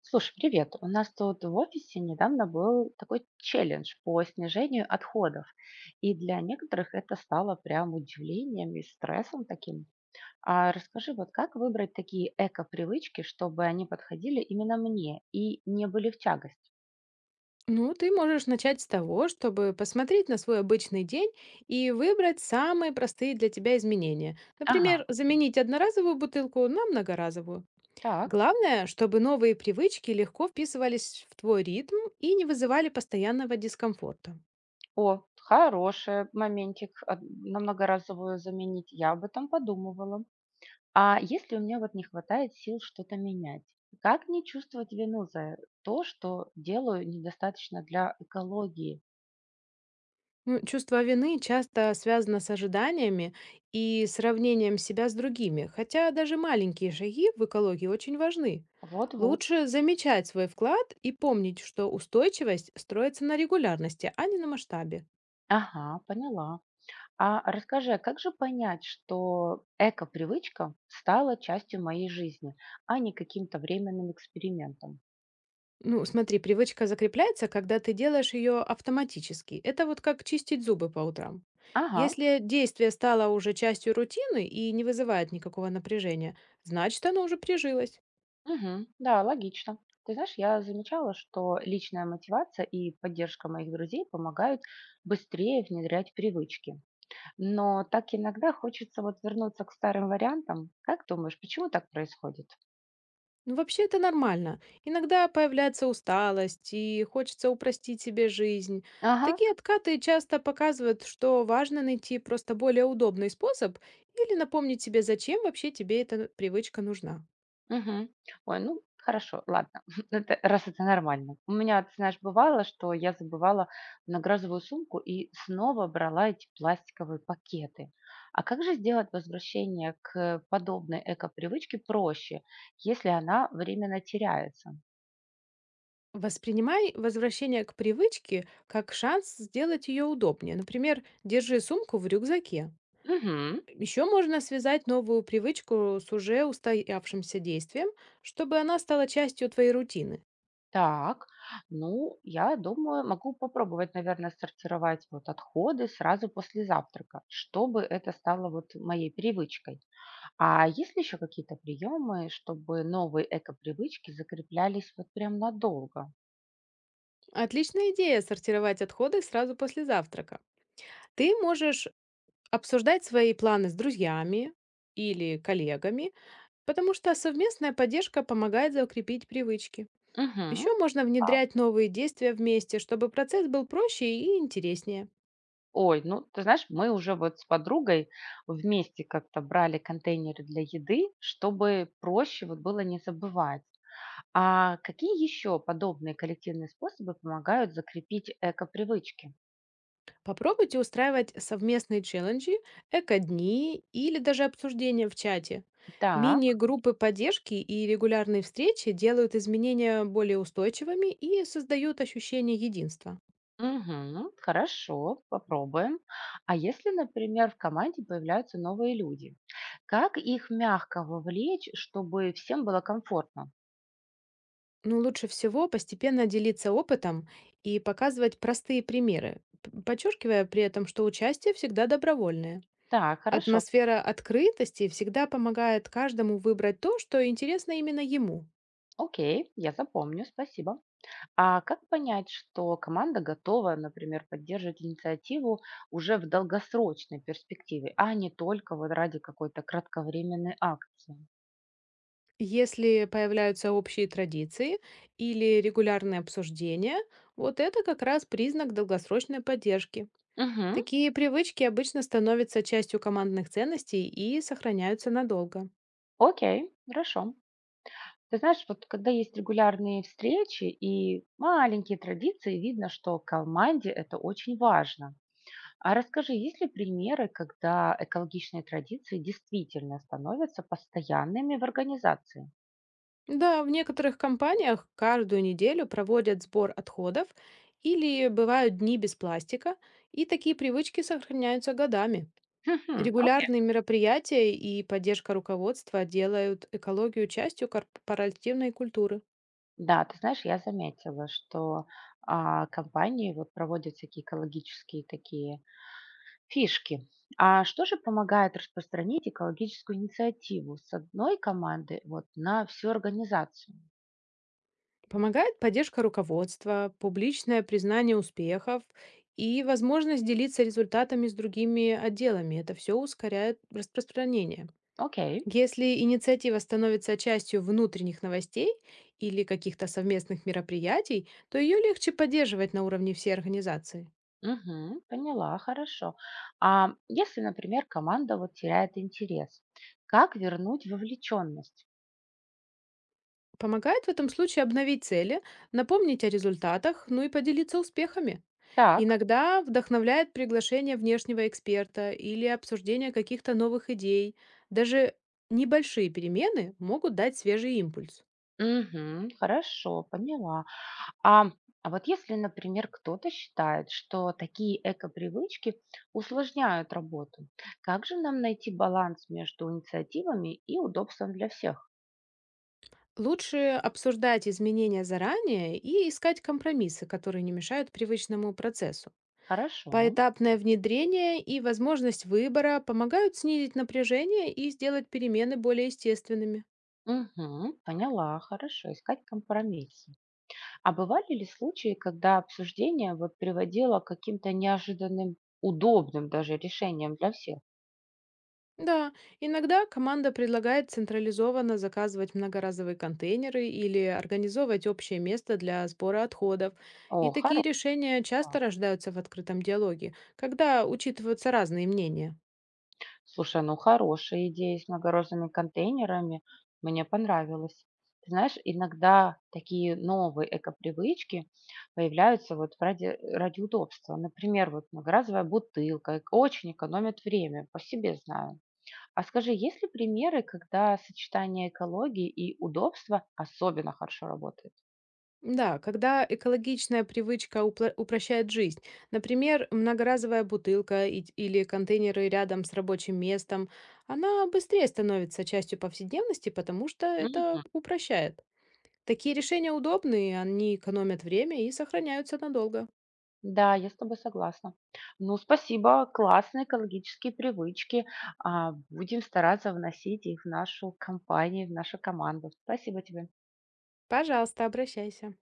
Слушай, привет. У нас тут в офисе недавно был такой челлендж по снижению отходов. И для некоторых это стало прям удивлением и стрессом таким. А расскажи, вот как выбрать такие эко-привычки, чтобы они подходили именно мне и не были в тягость? Ну, ты можешь начать с того, чтобы посмотреть на свой обычный день и выбрать самые простые для тебя изменения. Ага, Например, заменить одноразовую бутылку на многоразовую. так. Главное, чтобы новые привычки легко вписывались в твой ритм и не вызывали постоянного дискомфорта. О, хороший моментик. На многоразовую заменить. Я об этом подумывала. А если у меня вот не хватает сил что-то менять, как не чувствовать вину за то, что делаю недостаточно для экологии? Ну, чувство вины часто связано с ожиданиями и сравнением себя с другими, хотя даже маленькие шаги в экологии очень важны. Вот-вот. Лучше замечать свой вклад и помнить, что устойчивость строится на регулярности, а не на масштабе. Ага, поняла. А расскажи, а как же понять, что эко-привычка стала частью моей жизни, а не каким-то временным экспериментом? Ну, смотри, привычка закрепляется, когда ты делаешь ее автоматически. Это вот как чистить зубы по утрам. Ага, Если действие стало уже частью рутины и не вызывает никакого напряжения, значит, оно уже прижилось. мгм, да, логично. Ты знаешь, я замечала, что личная мотивация и поддержка моих друзей помогают быстрее внедрять привычки. Но так иногда хочется вот вернуться к старым вариантам. Как думаешь, почему так происходит? Ну, вообще это нормально. Иногда появляется усталость и хочется упростить себе жизнь. Ага, Такие откаты часто показывают, что важно найти просто более удобный способ или напомнить себе, зачем вообще тебе эта привычка нужна. мгм. Ой, ну хорошо, ладно, это, раз это нормально. У меня, ты знаешь, бывало, что я забывала награзовую сумку и снова брала эти пластиковые пакеты. А как же сделать возвращение к подобной эко-привычке проще, если она временно теряется? Воспринимай возвращение к привычке как шанс сделать ее удобнее. Например, держи сумку в рюкзаке. Угу. Еще можно связать новую привычку с уже устоявшимся действием, чтобы она стала частью твоей рутины. Так, ну, я думаю, могу попробовать, наверное, сортировать вот отходы сразу после завтрака, чтобы это стало вот моей привычкой. А есть ли еще какие-то приемы, чтобы новые экопривычки закреплялись вот прям надолго? Отличная идея сортировать отходы сразу после завтрака. Ты можешь обсуждать свои планы с друзьями или коллегами, потому что совместная поддержка помогает закрепить привычки. Угу. Еще можно внедрять новые действия вместе, чтобы процесс был проще и интереснее. Ой, ну, ты знаешь, мы уже вот с подругой вместе как-то брали контейнеры для еды, чтобы проще вот было не забывать. А какие еще подобные коллективные способы помогают закрепить экопривычки? Попробуйте устраивать совместные челленджи, эко-дни или даже обсуждения в чате. Так, Мини-группы поддержки и регулярные встречи делают изменения более устойчивыми и создают ощущение единства. мгм, хорошо, попробуем. А если, например, в команде появляются новые люди, как их мягко вовлечь, чтобы всем было комфортно? Ну, лучше всего постепенно делиться опытом и показывать простые примеры, подчеркивая при этом, что участие всегда добровольное. Так, хорошо, Атмосфера открытости всегда помогает каждому выбрать то, что интересно именно ему. окей, я запомню, спасибо. А как понять, что команда готова, например, поддерживать инициативу уже в долгосрочной перспективе, а не только вот ради какой-то кратковременной акции? Если появляются общие традиции или регулярные обсуждения, вот это как раз признак долгосрочной поддержки. Угу, Такие привычки обычно становятся частью командных ценностей и сохраняются надолго. окей, хорошо. Ты знаешь, вот когда есть регулярные встречи и маленькие традиции, видно, что команде это очень важно. А расскажи, есть ли примеры, когда экологичные традиции действительно становятся постоянными в организации? Да, в некоторых компаниях каждую неделю проводят сбор отходов или бывают дни без пластика, и такие привычки сохраняются годами. Хм-хм, окей. Регулярные мероприятия и поддержка руководства делают экологию частью корпоративной культуры. Да, ты знаешь, я заметила, что компании вот проводят всякие экологические такие фишки. А что же помогает распространить экологическую инициативу с одной команды вот на всю организацию? Помогает поддержка руководства, публичное признание успехов и возможность делиться результатами с другими отделами. Это все ускоряет распространение. Окей. Если инициатива становится частью внутренних новостей или каких-то совместных мероприятий, то ее легче поддерживать на уровне всей организации. Мгм. Поняла, хорошо. А если, например, команда вот теряет интерес, как вернуть вовлеченность? Помогает в этом случае обновить цели, напомнить о результатах, ну и поделиться успехами. Так, Иногда вдохновляет приглашение внешнего эксперта или обсуждение каких-то новых идей. Даже небольшие перемены могут дать свежий импульс. мгм, хорошо, поняла. А, а вот если, например, кто-то считает, что такие эко-привычки усложняют работу, как же нам найти баланс между инициативами и удобством для всех? Лучше обсуждать изменения заранее и искать компромиссы, которые не мешают привычному процессу. Хорошо. Поэтапное внедрение и возможность выбора помогают снизить напряжение и сделать перемены более естественными. Мгм, поняла, хорошо, искать компромисс. А бывали ли случаи, когда обсуждение вот приводило к каким-то неожиданным, удобным даже решениям для всех? Да, иногда команда предлагает централизованно заказывать многоразовые контейнеры или организовывать общее место для сбора отходов. И О, такие хорош, решения да. часто рождаются в открытом диалоге, когда учитываются разные мнения. Слушай, ну хорошая идея с многорожными контейнерами, мне понравилось. Ты знаешь, иногда такие новые экопривычки появляются вот ради удобства. Например, вот многоразовая бутылка эк- очень экономит время, по себе знаю. А скажи, есть ли примеры, когда сочетание экологии и удобства особенно хорошо работает? Да, когда экологичная привычка упрощает жизнь. Например, многоразовая бутылка или контейнеры рядом с рабочим местом, она быстрее становится частью повседневности, потому что Мгм. это упрощает. Такие решения удобные, они экономят время и сохраняются надолго. Да, я с тобой согласна. Ну, спасибо, классные экологические привычки. А, будем стараться вносить их в нашу компанию, в нашу команду. Спасибо тебе. Пожалуйста, обращайся.